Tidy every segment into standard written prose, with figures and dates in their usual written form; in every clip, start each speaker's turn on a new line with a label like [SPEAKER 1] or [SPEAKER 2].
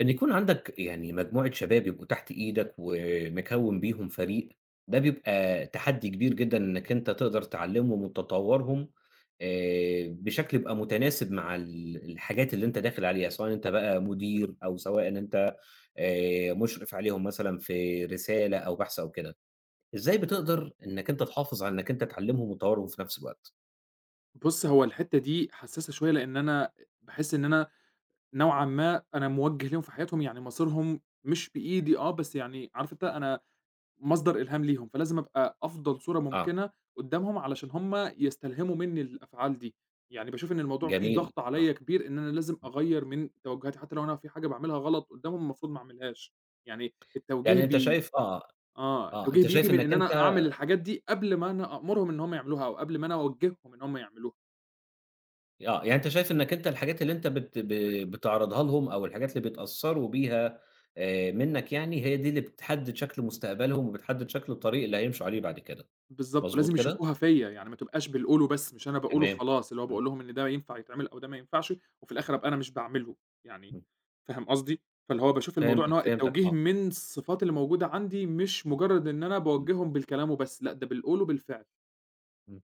[SPEAKER 1] إن يكون عندك يعني مجموعة شباب يبقوا تحت إيدك ومكوّن بيهم فريق، ده بيبقى تحدّي كبير جدًا إنّك أنت تقدر تعلّمهم وتطوّرهم بشكل يبقى متناسب مع الحاجات اللي أنت داخل عليها، سواء أنت بقى مدير أو سواء إن أنت مُشرف عليهم مثلًا في رسالة أو بحث أو كده. إزاي بتقدر إنّك أنت تحافظ على إنّك أنت تعلّمهم وتطوّرهم في نفس الوقت؟
[SPEAKER 2] بُص، هو الحتّة دي حسّاسة شوية، لإن أنا باحس إن أنا نوعًا ما أنا موجّه ليهم في حياتهم. يعني مصيرهم مش بإيدي آه، بس يعني عارف أنت أنا مصدر إلهام ليهم، فلازم أبقى أفضل صورة
[SPEAKER 1] آه،
[SPEAKER 2] ممكنة قدّامهم علشان هم يستلهموا منّي الأفعال دي. يعني باشوف إن الموضوع فيه
[SPEAKER 1] جميل،
[SPEAKER 2] ضغط
[SPEAKER 1] آه.
[SPEAKER 2] عليّا كبير إن أنا لازم أغيّر من توجُّهاتي، حتّى لو أنا في حاجة باعملها غلط قدّامهم المفروض ما أعملهاش. يعني التوجيه
[SPEAKER 1] يعني أنت
[SPEAKER 2] بي
[SPEAKER 1] شايف، آه،
[SPEAKER 2] آه،
[SPEAKER 1] آه،
[SPEAKER 2] التوجيه
[SPEAKER 1] أنت
[SPEAKER 2] بييجي
[SPEAKER 1] شايف
[SPEAKER 2] من
[SPEAKER 1] إنّك
[SPEAKER 2] إن
[SPEAKER 1] أنت،
[SPEAKER 2] أنا أعمل الحاجات دي قبل ما أنا أأمرهم إن هم يعملوها أو قبل ما أنا أوجّههم إن هم يعملوها.
[SPEAKER 1] آه، يعني أنت شايف إنّك أنت الحاجات اللي أنت بت ب بتعرضها لهم أو الحاجات اللي بيتأثّروا بيها منّك يعني، هي دي اللي بتحدّد شكل مستقبلهم وبتحدّد شكل الطريق اللي هيمشوا عليه بعد كده،
[SPEAKER 2] بالضبط،
[SPEAKER 1] مضبوط
[SPEAKER 2] ولازم
[SPEAKER 1] كده؟
[SPEAKER 2] يشوفوها فيّا، يعني ما تبقاش بالقوله بس، مش أنا باقوله
[SPEAKER 1] تمام.
[SPEAKER 2] وخلاص، اللي هو
[SPEAKER 1] إمم،
[SPEAKER 2] باقول لهم إن ده ينفع يتعمل أو ده ما ينفعش، وفي الآخر أبقى أنا مش باعمله. يعني
[SPEAKER 1] إمم،
[SPEAKER 2] فاهم قصدي؟ فاللي هو باشوف الموضوع إن
[SPEAKER 1] فهمتك،
[SPEAKER 2] هو
[SPEAKER 1] فهمتك
[SPEAKER 2] التوجيه
[SPEAKER 1] آه.
[SPEAKER 2] من الصفات اللي موجودة عندي، مش
[SPEAKER 1] إمم،
[SPEAKER 2] مجرد إن أنا
[SPEAKER 1] إمم.
[SPEAKER 2] باوجّههم بالكلام وبس، لأ ده بالقول وبالفعل.
[SPEAKER 1] إمم،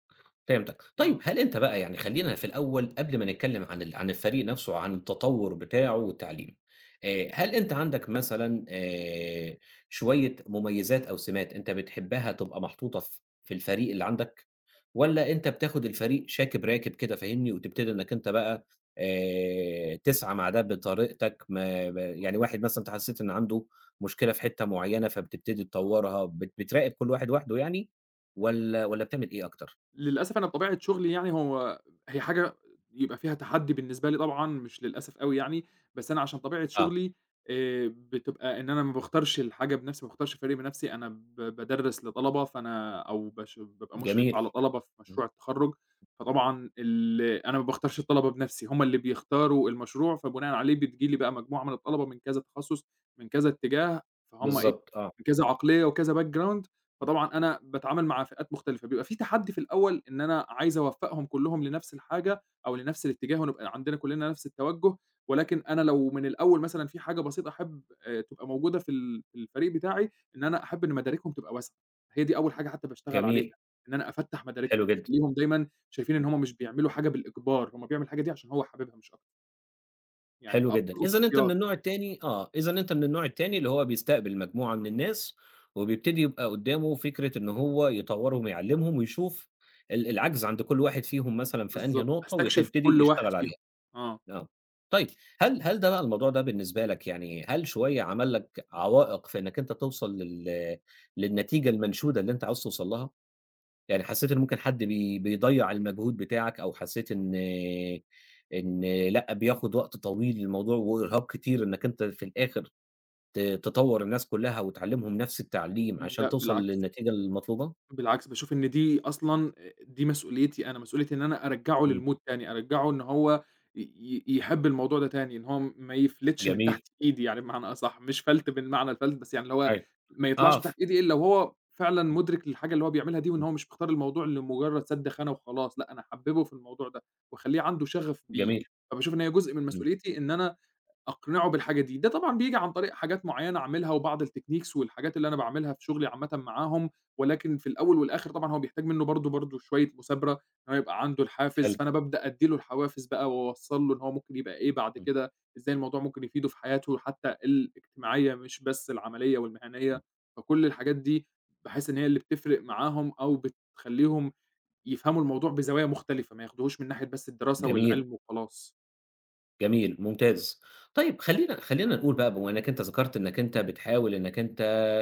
[SPEAKER 1] فهمتك. طيب
[SPEAKER 2] آه.
[SPEAKER 1] هل أنت بقى يعني، خلّينا في الأول قبل ما نتكلّم عن عن الفريق نَفْسه، عن التطوُّر بتاعه والتعليم، هل أنت عندك مثلًا شوية مميزات أو سمات أنت بتحبّها تبقى محطوطة في الفريق اللي عندك، والّا أنت بتاخُد الفريق شاكب راكب كده فاهمني، وتبتدي إنّك أنت بقى تسعى مع ده بطريقتك، ما يعني واحد مثلًا أنت حسّيت إن عنده مشكلة في حتّة معيّنة فبتبتدي تطوّرها، بتراقب كل واحد وحده يعني، والّا بتعمل إيه أكتر؟
[SPEAKER 2] للأسف أنا بطبيعة شغلي يعني هي حاجة يبقى فيها تحدّي بالنسبة لي طبعًا، مش للأسف أوي يعني. بس أنا عشان طبيعة
[SPEAKER 1] آه،
[SPEAKER 2] شغلي بتبقى إن أنا ما باختارش الحاجة بنفسي، ما باختارش فريق بنفسي. أنا بادرّس لطلبة، فأنا أو باش بابقى مشرف على
[SPEAKER 1] جميل،
[SPEAKER 2] طلبة في
[SPEAKER 1] إمم،
[SPEAKER 2] مشروع التخرُّج. فطبعًا أنا ما باختارش الطلبة بنفسي، هم اللي بيختاروا المشروع، فبناءً عليه بتيجي لي بقى مجموعة من الطلبة من كذا تخصُّص، من كذا اتجاه، فهُم إيه،
[SPEAKER 1] بالضبط آه،
[SPEAKER 2] من كذا عقلية وكذا background. فطبعًا أنا باتعامل مع فئات مختلفة، بيبقى في تحدّي في الأول إن أنا عايز أوفّقهم كلّهم لنفس الحاجة أو لنفس الاتجاه ونبقى عندنا كلّنا نفس التوجُّه. ولكن أنا لو من الأول مثلًا في حاجة بسيطة أحب تبقى موجودة في الفريق بتاعي، إن أنا أحب إن مداركهم تبقى واسعة. هي دي أول حاجة حتّى باشتغل عليها،
[SPEAKER 1] جميل،
[SPEAKER 2] إن أنا أفتّح مداركهم،
[SPEAKER 1] حلو جدًا،
[SPEAKER 2] أخلّيهم دايمًا شايفين إن
[SPEAKER 1] إمم،
[SPEAKER 2] هم مش بيعملوا حاجة بالإجبار، هم بيعملوا الحاجة دي عشان هو حاببها مش أكتر. يعني
[SPEAKER 1] حلو جدًا.
[SPEAKER 2] أبسطه في
[SPEAKER 1] إذًا أنت من
[SPEAKER 2] اختيار.
[SPEAKER 1] النوع التاني آه، إذًا أنت من النوع التاني اللي هو بيستقبل مجموعة من الناس، وبيبتدي يبقى قدّامه فكرة إن هو يطوّرهم ويعلّمهم ويشوف العجز عند كل واحد فيهم مثلًا في أنهي
[SPEAKER 2] بالضبط،
[SPEAKER 1] نقطة
[SPEAKER 2] أستكشف
[SPEAKER 1] ويبتدي
[SPEAKER 2] كل واحد
[SPEAKER 1] يشتغل عليها.
[SPEAKER 2] فيهم. آه،
[SPEAKER 1] آه. طيب هل ده بقى، الموضوع ده بالنسبة لك يعني، هل شوية عمل لك عوائق في إنك أنت توصل للنتيجة المنشودة اللي أنت عاوز توصل لها؟ يعني حسّيت إن ممكن حد بيضيّع المجهود بتاعك، أو حسّيت إن، إن لأ، بياخُد وقت طويل الموضوع وإرهاق كتير إنّك أنت في الآخر تطوّر الناس كُلّها وتعلّمهم نفس التعليم عشان
[SPEAKER 2] لأ
[SPEAKER 1] توصل
[SPEAKER 2] بالعكس.
[SPEAKER 1] للنتيجة المطلوبة؟
[SPEAKER 2] بالعكس، باشوف إن دي أصلًا دي مسؤوليتي أنا، مسؤوليتي إن أنا أرجّعه
[SPEAKER 1] إمم،
[SPEAKER 2] للMood تاني، أرجّعه إن هو ي ي يحب الموضوع ده تاني، إن هو ما يفلتش من
[SPEAKER 1] جميل،
[SPEAKER 2] تحت إيدي يعني بمعنى أصح، مش فَلْت بالمعنى الفَلْت، بس يعني اللي هو
[SPEAKER 1] أيوه،
[SPEAKER 2] ما يطلعش
[SPEAKER 1] آه،
[SPEAKER 2] من تحت إيدي إلا وهو فعلًا مُدرِك للحاجة اللي هو بيعملها دي، وإن
[SPEAKER 1] إمم،
[SPEAKER 2] هو مش مختار الموضوع لمجرد سَد خانة وخلاص. لأ أنا هاحبّبه في الموضوع ده، واخلّيه عنده شغف بيه.
[SPEAKER 1] جميل،
[SPEAKER 2] فباشوف إن هي جزء من
[SPEAKER 1] إمم،
[SPEAKER 2] مسؤوليتي إن أنا أقنعه بالحاجة دي. ده طبعًا بييجي عن طريق حاجات معيّنة أعملها وبعض الtechniques والحاجات اللي أنا باعملها في شغلي عامةً معاهم، ولكن في الأول والآخر طبعًا هو بيحتاج منه برضه برضه شوية مثابرة، إن هو يبقى عنده الحافز.
[SPEAKER 1] حلو،
[SPEAKER 2] فأنا بابدأ أدّي له الحوافز بقى وأوصّل له إن هو ممكن يبقى إيه بعد
[SPEAKER 1] إمم،
[SPEAKER 2] كده، إزاي الموضوع ممكن يفيده في حياته حتى الاجتماعية مش بس العملية والمهنية. فكل الحاجات دي باحس إن هي اللي بتفرق معاهم أو بتخلّيهم يفهموا الموضوع بزوايا مختلفة، ما ياخدوهوش من ناحية بس الدراسة
[SPEAKER 1] جميل.
[SPEAKER 2] والعلم وخلاص.
[SPEAKER 1] جميل، ممتاز. طيب خلّينا نقول بقى، بما إنّك أنت ذكرت إنّك أنت بتحاول إنّك أنت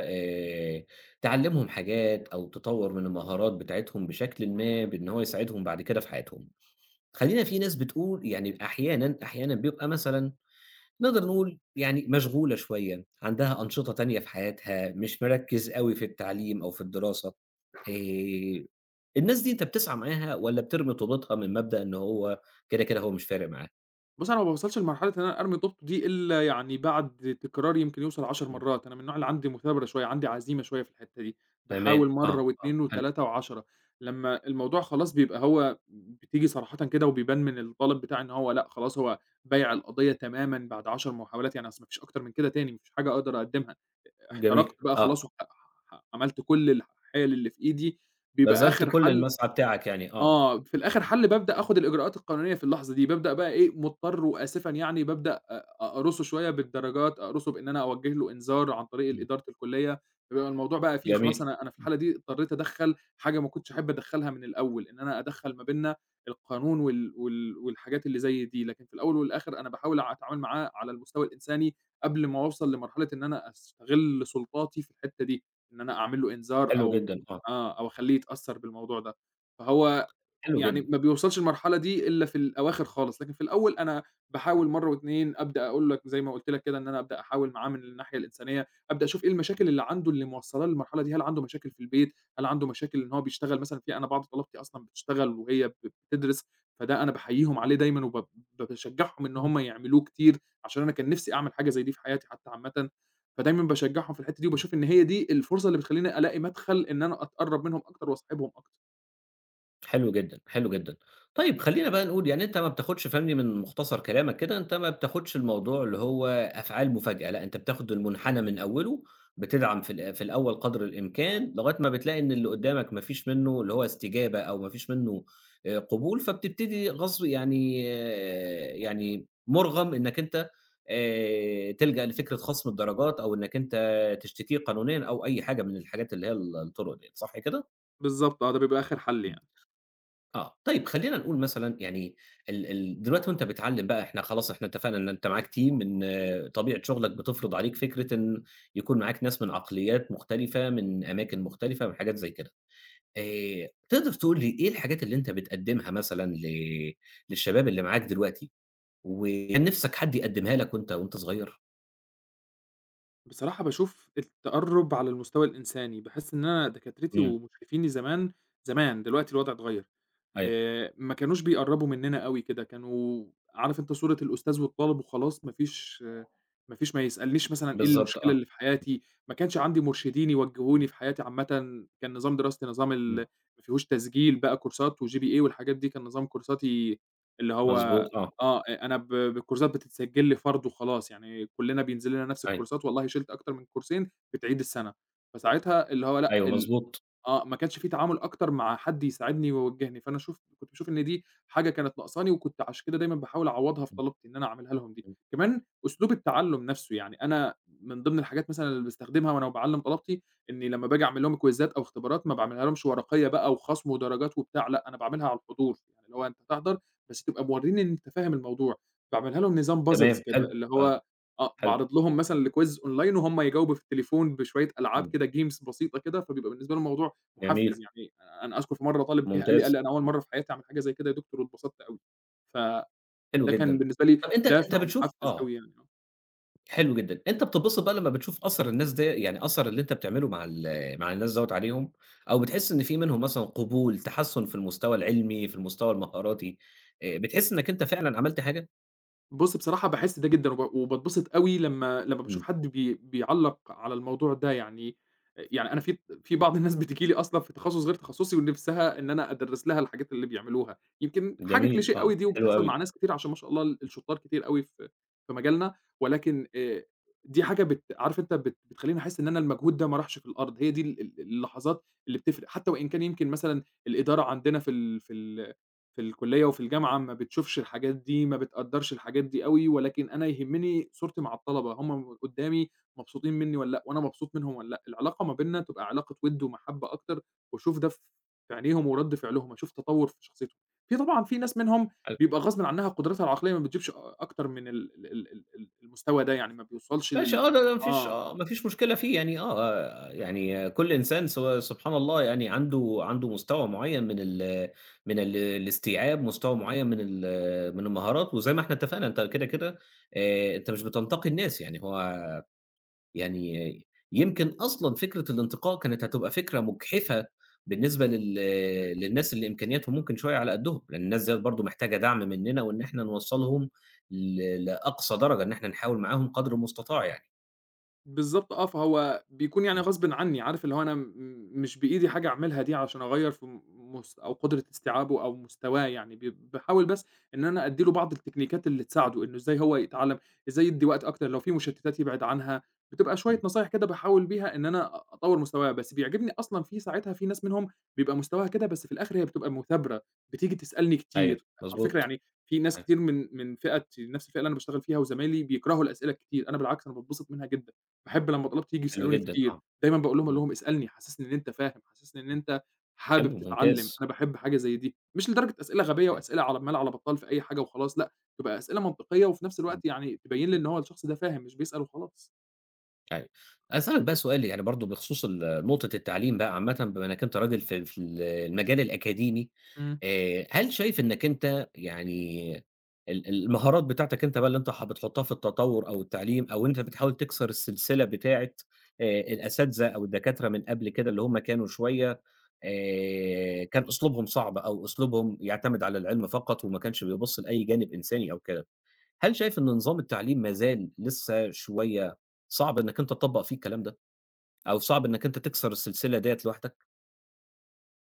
[SPEAKER 1] آآ تعلّمهم حاجات أو تطوّر من المهارات بتاعتهم بشكلٍ ما، بإن هو يساعدهم بعد كده في حياتهم. خلّينا في ناس بتقول يعني أحيانًا بيبقى مثلًا، نقدر نقول يعني مشغولة شوية، عندها أنشطة تانية في حياتها، مش مركّز أوي في التعليم أو في الدراسة. آآ الناس دي أنت بتسعى معاها والّا بترمي طوبتها من مبدأ إن هو كده، كده هو مش فارق معاه؟
[SPEAKER 2] بُص، أنا ما باوصلش لمرحلة إن أنا أرمي طوبته دي إلا يعني بعد تكرار يمكن يوصل 10 مرات. أنا من النوع اللي عندي مثابرة شوية، عندي عزيمة شوية في الحتّة دي،
[SPEAKER 1] تمام،
[SPEAKER 2] باحاول مرّة
[SPEAKER 1] آه، آه،
[SPEAKER 2] و2
[SPEAKER 1] حلو،
[SPEAKER 2] و3 و10 لمّا الموضوع خلاص بيبقى هو بتيجي صراحةً كده وبيبان من الطالب بتاعي إن هو لأ، خلاص هو بايع القضية تمامًا بعد 10 محاولات، يعني أصل ما فيش أكتر من كده تاني، ما فيش حاجة أقدر أقدّمها،
[SPEAKER 1] جميل،
[SPEAKER 2] احترقت بقى
[SPEAKER 1] آه،
[SPEAKER 2] خلاص وح ح عملت كل الحيل اللي في إيدي، بيبقى
[SPEAKER 1] بذلت
[SPEAKER 2] آخر
[SPEAKER 1] كل
[SPEAKER 2] حل.
[SPEAKER 1] المسعى بتاعك يعني، آه،
[SPEAKER 2] آه، في الآخر
[SPEAKER 1] أيوه،
[SPEAKER 2] حل بابدأ آخُد الإجراءات القانونية في اللحظة دي. بابدأ بقى إيه، مُضطر وآسفًا يعني بابدأ أقرصه شوية بالدرجات، أقرصه بإن أنا أوجّه له إنذار عن طريق ال
[SPEAKER 1] إمم،
[SPEAKER 2] إدارة الكُلّية. بيبقى الموضوع بقى فيه خلاص
[SPEAKER 1] جميل،
[SPEAKER 2] أنا في
[SPEAKER 1] إمم،
[SPEAKER 2] الحالة دي اضطريت أدخّل حاجة ما كنتش أحب أدخّلها من الأول، إن أنا أدخّل ما بيننا القانون والحاجات اللي زي دي. لكن في الأول والآخر أنا باحاول أتعامل معاه على المستوى الإنساني قبل ما أوصل لمرحلة إن أنا أستغل سُلطاتي في الحتّة دي، إن أنا أعمل له إنذار
[SPEAKER 1] حلو جدًا، آه،
[SPEAKER 2] أو أخلّيه يتأثّر بالموضوع ده، فهو
[SPEAKER 1] حلو
[SPEAKER 2] يعني
[SPEAKER 1] جدًا،
[SPEAKER 2] ما بيوصلش المرحلة دي إلا في الأواخر خالص. لكن في الأول أنا
[SPEAKER 1] إمم،
[SPEAKER 2] باحاول مرّة و2 أبدأ أقول لك زي ما قُلت لك كده إن أنا أبدأ أحاول معاه من الناحية الإنسانية، أبدأ أشوف إيه المشاكل اللي عنده اللي موصّلاه للمرحلة دي، هل عنده مشاكل في البيت، هل عنده مشاكل إن هو بيشتغل مثلًا في أنا بعض طلبتي أصلًا بتشتغل وهي بتدرس. فده أنا باحييهم عليه دايمًا وب ب باشجّعهم إن
[SPEAKER 1] إمم.
[SPEAKER 2] هم يعملوه كتير، عشان أنا كان نِفْسي أعمل حاجة زي دي في حياتي حتى عامةً. فدايمًا باشجّعهم في الحتّة دي وباشوف إن هي دي الفرصة اللي بتخلّيني ألاقي مدخل إن أنا أتقرّب منهم أكتر وأصاحبهم أكتر.
[SPEAKER 1] حلو جدًا، حلو جدًا. طيب خلّينا بقى نقول يعني، أنت ما بتاخدش فهمني من مختصر كلامك كده، أنت ما بتاخدش الموضوع اللي هو أفعال مفاجئة، لأ أنت بتاخد المنحنى من أوله، بتدعم في في الأول قدر الإمكان، لغاية ما بتلاقي إن اللي قدامك ما فيش منه اللي هو استجابة، أو ما فيش منه قبول، فبتبتدي غصب يعني، آه، يعني مُرغَم إنك أنت تلجأ لفكرة خصم الدرجات، أو إنك أنت تشتكيه قانونيًا أو أي حاجة من الحاجات اللي هي الطرق ديّة، صح كده؟
[SPEAKER 2] بالضبط آه، ده بيبقى آخر حَل يعني.
[SPEAKER 1] آه، طيب خلّينا نقول مثلًا يعني، ال ال دلوقتي وأنت بتعلّم بقى، إحنا خلاص، إحنا اتفقنا إن أنت معاك team، إن آه، طبيعة شغلك بتفرض عليك فكرة إن يكون معاك ناس من عقليات مختلفة، من أماكن مختلفة، من حاجات زي كده. تقدر تقول لي إيه الحاجات اللي أنت بتقدّمها مثلًا للشباب اللي معاك دلوقتي، وكان نِفْسك حد يقدّمها لك وأنت وأنت صغير؟
[SPEAKER 2] بصراحة باشوف التقرُّب على المستوى الإنساني، باحس إن أنا دكاترتي
[SPEAKER 1] إمم،
[SPEAKER 2] ومشرفيني زمان، زمان، دلوقتي الوضع اتغيّر.
[SPEAKER 1] أيوه،
[SPEAKER 2] ما كانوش بيقرّبوا منّنا أوي كده، كانوا عارف أنت صورة الأستاذ والطالب وخلاص. ما يسألنيش مثلًا إيه
[SPEAKER 1] بالضبط
[SPEAKER 2] المشكلة
[SPEAKER 1] آه،
[SPEAKER 2] اللي في حياتي، ما كانش عندي مرشدين
[SPEAKER 1] إمم،
[SPEAKER 2] يوجّهوني في حياتي عامةً. كان نظام دراستي نظام ال
[SPEAKER 1] إمم،
[SPEAKER 2] ما فيهوش تسجيل بقى كورسات وGPA والحاجات دي. كان نظام كورساتي اللي هو
[SPEAKER 1] مضبوط آه،
[SPEAKER 2] آه، أ أنا بالكورسات بتتسجل لي فرد وخلاص، يعني كُلّنا بينزل لنا نفس
[SPEAKER 1] أيوه،
[SPEAKER 2] الكورسات والله شِلت أكتر من كورسين بتعيد السَنة. فساعتها اللي هو لأ
[SPEAKER 1] أيوه
[SPEAKER 2] ال
[SPEAKER 1] مضبوط،
[SPEAKER 2] آه، ما كانش في تعامل أكتر مع حد يساعدني ويوجّهني. فأنا كنت باشوف إن دي حاجة كانت ناقصاني، وكنت عشان كده دايمًا باحاول أعوّضها في
[SPEAKER 1] إمم،
[SPEAKER 2] طلبتي إن أنا أعملها لهم دي.
[SPEAKER 1] إمم،
[SPEAKER 2] كمان أسلوب التعلُّم نَفْسه، يعني أنا من ضمن الحاجات مثلًا اللي باستخدمها وأنا باعلّم طلبتي، إنّي لمّا باجي أعمل لهم كويزات أو اختبارات ما باعملها لهمش ورقيّة بقى وخَصْم ودرجات وبتاع. لأ، أنا باعملها على الحضور، يعني اللي هو أنت تحضر بس تبقى مورّيني إن أنت فاهم الموضوع. باعملها لهم نظام puzzles
[SPEAKER 1] تمام
[SPEAKER 2] كده،
[SPEAKER 1] حلو،
[SPEAKER 2] اللي
[SPEAKER 1] آه،
[SPEAKER 2] هو آه،
[SPEAKER 1] حلو،
[SPEAKER 2] باعرض لهم مثلًا لquiz أونلاين وهُم يجاوبوا في التليفون بشوية ألعاب
[SPEAKER 1] إمم،
[SPEAKER 2] كده games بسيطة كده، فبيبقى بالنسبة لهم الموضوع
[SPEAKER 1] جميل.
[SPEAKER 2] مُحفّز. يعني أنا أذكر في مرّة طالب جه قال لي قال
[SPEAKER 1] ممتاز،
[SPEAKER 2] لي: "أنا أول مرّة في حياتي أعمل حاجة زي كده يا دكتور واتبسطت أوي."
[SPEAKER 1] حلو
[SPEAKER 2] فده كان
[SPEAKER 1] جدًا.
[SPEAKER 2] بالنسبة لي
[SPEAKER 1] طب أنت
[SPEAKER 2] دافع
[SPEAKER 1] بتشوف
[SPEAKER 2] ومُحفّز
[SPEAKER 1] آه،
[SPEAKER 2] أوي يعني.
[SPEAKER 1] حلو جدًا. أنت بتتبسط بقى لمّا بتشوف أثر الناس ده، يعني أثر اللي أنت بتعمله مع مع الناس دوّة عليهم، أو بتحس إن في منهم مثلًا قبول، تحسُّن في المستوى العلمي، في المستوى المهاراتي، بتحس إنك أنت فعلًا عملت حاجة؟
[SPEAKER 2] بُص بصراحة باحس ده جدًا، وباتبسط أوي لمّا باشوف
[SPEAKER 1] إمم،
[SPEAKER 2] حد بيعلّق على الموضوع ده. يعني أنا في بعض الناس بتيجي لي أصلًا في تخصُّص غير تخصُّصي، ونفسها إن أنا أدرّس لها الحاجات اللي بيعملوها، يمكن حاجة
[SPEAKER 1] جميل،
[SPEAKER 2] cliché
[SPEAKER 1] آه،
[SPEAKER 2] أوي دي،
[SPEAKER 1] حلو
[SPEAKER 2] وبتحصل مع
[SPEAKER 1] أوي.
[SPEAKER 2] ناس كتير عشان ما شاء الله ال الشطّار كتير أوي في في مجالنا، ولكن دي حاجة عارف أنت بتخلّيني أحس إن أنا المجهود ده ما راحش في الأرض. هي دي ال اللحظات اللي بتفرق، حتى وإن كان يمكن مثلًا الإدارة عندنا في الكلية وفي الجامعة ما بتشوفش الحاجات دي، ما بتقدّرش الحاجات دي أوي. ولكن أنا يهمّني صورتي مع الطلبة، هم قدّامي مبسوطين منّي والّا لأ، وأنا مبسوط منهم والّا لأ، العلاقة ما بيننا تبقى علاقة وِد ومَحبّة أكتر، وأشوف ده في عينيهم ورَد فعلهم، أشوف تطوّر في شخصيتهم. في طبعًا في ناس منهم بيبقى غصبٍ عنّها قدرتها العقلية ما بتجيبش أكتر من ال المستوى ده، يعني ما بيوصلش
[SPEAKER 1] ماشي
[SPEAKER 2] لل
[SPEAKER 1] آه، ده ما فيش
[SPEAKER 2] آه.
[SPEAKER 1] آه، ما فيش مشكلة فيه يعني، آه، آه، يعني كل إنسان سبحان الله يعني، عنده مستوى معيّن من الاستيعاب، مستوى معيّن من المهارات، وزي ما إحنا اتفقنا أنت كده، كده أنت مش بتنتقي الناس، يعني هو، يعني يمكن أصلًا فكرة الانتقاء كانت هتبقى فكرة مجحفة بالنسبة للناس اللي إمكانياتهم ممكن شوية على قدّهم، لأن الناس ديّة برضه محتاجة دعم مننا وإن إحنا نوصّلهم لأقصى درجة، إن إحنا نحاول معاهم قدر المستطاع يعني.
[SPEAKER 2] بالضبط آه، فهو بيكون يعني
[SPEAKER 1] إمم.
[SPEAKER 2] غصبٍ عني، عارف اللي هو أنا مش بإيدي حاجة أعملها دي عشان أغيّر في م مس أو قدرة استيعابه أو مستواه يعني. باحاول بس إن أنا أدّي له بعض التكنيكات اللي تساعده، إنه إزاي هو يتعلّم، إزاي يدّي وقت أكتر، لو في مشتتات يبعد عنها. بتبقى
[SPEAKER 1] إمم،
[SPEAKER 2] شوية نصايح كده باحاول بيها إن أنا أطوّر مستواه. بس بيعجبني أصلًا في ساعتها في ناس منهم بيبقى مستواها كده، بس في الآخر هي بتبقى مثابرة، بتيجي تسألني
[SPEAKER 1] أيوه،
[SPEAKER 2] كتير. على فكرة
[SPEAKER 1] مضبوط،
[SPEAKER 2] يعني في ناس
[SPEAKER 1] أيوه،
[SPEAKER 2] كتير من نفْس الفئة اللي أنا باشتغل فيها وزمايلي بيكرهوا الأسئلة الكتير، أنا بالعكس أنا باتبسط منها جدًا. باحب لمّا طلبت ييجوا
[SPEAKER 1] حلو
[SPEAKER 2] يسألوني
[SPEAKER 1] جدًا،
[SPEAKER 2] كتير،
[SPEAKER 1] آه،
[SPEAKER 2] دايمًا باقول لهم، أقول
[SPEAKER 1] إمم،
[SPEAKER 2] لهم: "اسألني، حسّسني إن أنت فاهم، حسّسني إن
[SPEAKER 1] إمم،
[SPEAKER 2] أنت حابب
[SPEAKER 1] حلو
[SPEAKER 2] تتعلّم."
[SPEAKER 1] ممتاز،
[SPEAKER 2] أنا باحب حاجة زي دي، مش لدرجة أسئلة غبية
[SPEAKER 1] أيوه،
[SPEAKER 2] وأسئلة على بمال على بطّال في أي حاجة وخلاص لأ، تبقى أسئلة منطقية وفي نفس
[SPEAKER 1] إمم،
[SPEAKER 2] الوقت يعني تبيّن لي
[SPEAKER 1] حلو.
[SPEAKER 2] إن هو الشخص ده فاهم مش بيسأل وخلاص.
[SPEAKER 1] أيوه. أسألك بقى سؤال يعني برضه بخصوص نقطة التعليم بقى عامةً، بما إنّك أنت راجل في في المجال الأكاديمي،
[SPEAKER 2] إمم.
[SPEAKER 1] هل شايف إنّك أنت يعني، المهارات بتاعتك أنت بقى اللي أنت بتحطّها في التطوُّر أو التعليم، أو أنت بتحاول تكسر السلسلة بتاعة الأساتذة أو الدكاترة من قبل كده، اللي هم كانوا شوية كان أسلوبهم صعب أو أسلوبهم يعتمد على العلم فقط وما كانش بيبُص لأي جانب إنساني أو كده؟ هل شايف إن نظام التعليم ما زال لسه شوية صعب إنّك أنت تطبّق فيه الكلام ده، أو صعب إنّك أنت تكسر السلسلة ديّة لوحدك؟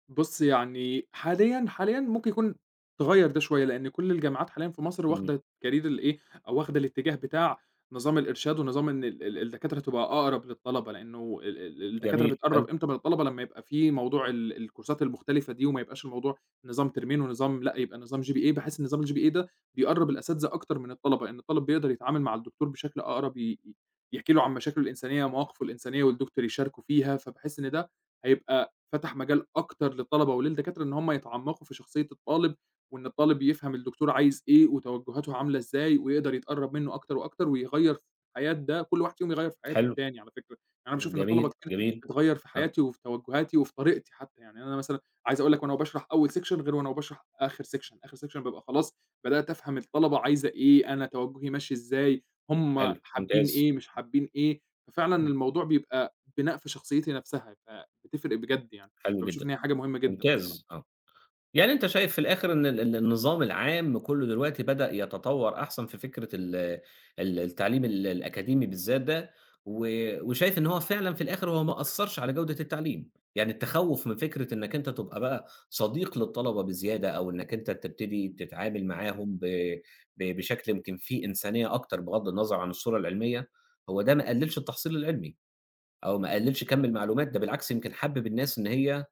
[SPEAKER 2] بُص يعني حاليًا، حاليًا ممكن يكون تغيّر ده شوية، لأن كل الجامعات حاليًا في مصر
[SPEAKER 1] إمم،
[SPEAKER 2] واخدة كارير الإيه، أو واخدة الاتجاه بتاع نظام الإرشاد، ونظام إن ال الدكاترة تبقى أقرب للطلبة. لأنه ال الدكاترة
[SPEAKER 1] جميل، حلو،
[SPEAKER 2] بتقرّب إمتى من الطلبة؟ لمّا يبقى في موضوع ال الكورسات المختلفة دي، وما يبقاش الموضوع نظام ترمين ونظام لأ، يبقى نظام GPA بحيث إن نظام الGPA ده بيقرّب الأساتذة أكتر من الطلبة، لأن الطالب بيقدر يتعامل مع الدكتور بشكل أقرب، ي ي يحكي له عن مشاكله الإنسانية ومواقفه الإنسانية، والدكتور يشاركه فيها. فباحس إن ده هيبقى فتح مجال أكتر للطلبة وللدكاترة إن هم يتعمقوا في شخصية الطالب، وإن الطالب يفهم الدكتور عايز إيه وتوجهاته عاملة إزاي، ويقدر يتقرب منه أكتر وأكتر ويغيّر في حياة ده، كل واحد فيهم يغيّر في حياة
[SPEAKER 1] حلو،
[SPEAKER 2] التاني على فكرة. يعني أنا باشوف إن الطلبة
[SPEAKER 1] جميل،
[SPEAKER 2] كتير
[SPEAKER 1] جميل،
[SPEAKER 2] بتغيّر في
[SPEAKER 1] آه،
[SPEAKER 2] حياتي وفي توجهاتي وفي طريقتي حتى، يعني أنا مثلًا عايز أقول لك وأنا باشرح أول section غير وأنا باشرح آخر section، آخر section بابقى خلاص بدأت أفهم الطلبة عايزة إيه، أنا توجهي ماشي إزاي، هم
[SPEAKER 1] حلو،
[SPEAKER 2] حابين
[SPEAKER 1] ممتاز،
[SPEAKER 2] إيه، مش حابين إيه. ففعلًا
[SPEAKER 1] إمم،
[SPEAKER 2] الموضوع بيبقى بناء في شخصيتي نفسها بتفرق بجد يعني.
[SPEAKER 1] حلو
[SPEAKER 2] فباشوف
[SPEAKER 1] جدًا،
[SPEAKER 2] إن هي حاجة مهمة جدًا
[SPEAKER 1] ممتاز،
[SPEAKER 2] بصراحة.
[SPEAKER 1] آه. يعني أنت شايف في الآخر إن ال ال النظام العام كُلّه دلوقتي بدأ يتطوّر أحسن في فكرة ال ال التعليم الأكاديمي بالذات ده، و وشايف إن هو فعلًا في الآخر هو ما أثّرش على جودة التعليم، يعني التخوّف من فكرة إنّك أنت تبقى بقى صديق للطلبة بزيادة، أو إنّك أنت تبتدي تتعامل معاهم ب ب بشكل يمكن فيه إنسانية أكتر بغض النظر عن الصورة العلمية، هو ده ما قلّلش التحصيل العلمي، أو ما قلّلش كَم المعلومات، ده بالعكس يمكن حبِّب الناس إن هي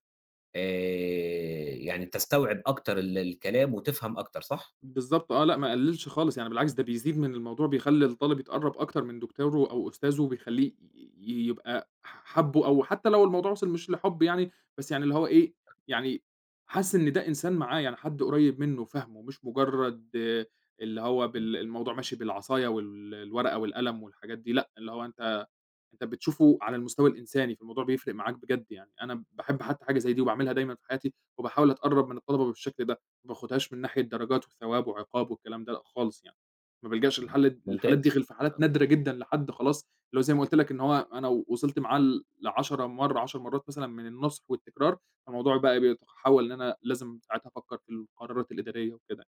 [SPEAKER 1] يعني تستوعب أكتر الكلام وتفهم أكتر، صح؟
[SPEAKER 2] بالضبط آه، لأ ما قلّلش خالص، يعني بالعكس ده بيزيد من الموضوع، بيخلّي الطالب يتقرّب أكتر من دكتوره أو أستاذه، وبيخلّيه ي يبقى حابُّه أو حتى لو الموضوع وصل مش لحُب يعني، بس يعني اللي هو إيه، يعني حاسس إن ده إنسان معاه، يعني حد قريّب منّه فاهمه، مش مجرّد آه، اللي هو
[SPEAKER 1] إمم،
[SPEAKER 2] بال الموضوع ماشي بالعصاية والورقة والقلم والحاجات دي، لأ اللي هو أنت أنت بتشوفه على المستوى الإنساني، فالموضوع بيفرق معاك بجد يعني. أنا باحب حتى حاجة زي دي وباعملها دايمًا في حياتي، وباحاول أتقرّب من الطلبة بالشكل ده. ما باخدهاش من ناحية درجات وثواب وعقاب والكلام ده لأ خالص يعني، ما بالجاش
[SPEAKER 1] إمم.
[SPEAKER 2] للحل للحالات دي
[SPEAKER 1] ممتاز،
[SPEAKER 2] غير في حالات نادرة جدًا لحد خلاص اللي هو زي ما قُلت لك إن هو أنا وصلت معاه ل10 مرّة 10 مرّات مثلًا من النصح والتكرار، فالموضوع بقى بيتحوّل إن أنا لازم ساعتها أفكّر في القرارات الإدارية وكده.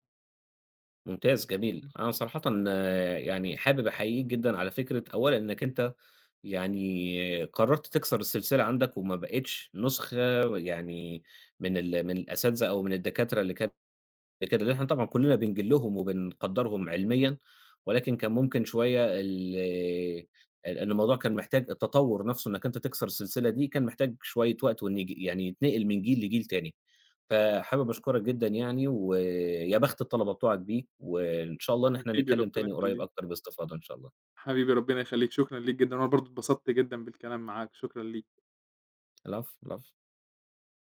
[SPEAKER 1] ممتاز جميل. أنا صراحةً آه، يعني حابب أحييك جدًا على فكرة، أولًا إنك أنت يعني قررت تكسر السلسلة عندك، وما بقيتش نسخة يعني من من الأساتذة أو من الدكاترة اللي كانوا لكده، اللي إحنا طبعًا كلّنا بنجيل لهم وبنقدّرهم علميًا، ولكن كان ممكن شوية ال ال إن الموضوع كان محتاج التطوّر نَفْسه إنّك أنت تكسر السلسلة دي، كان محتاج شوية وقت، وإن يعني يتنقل من جيل لجيل تاني. فحابب أشكرك جدًا يعني، ويا بخت الطلبة بتوعك بيك، وإن شاء الله إن إحنا
[SPEAKER 2] حبيبي
[SPEAKER 1] نتكلّم
[SPEAKER 2] ربنا
[SPEAKER 1] تاني قريب
[SPEAKER 2] يخلّيك،
[SPEAKER 1] أكتر باستفاضة إن شاء الله.
[SPEAKER 2] حبيبي ربنا يخلّيك، شكرًا ليك جدًا وأنا برضه اتبسطت جدًا بالكلام معاك، شكرًا ليك.
[SPEAKER 1] العفو، العفو.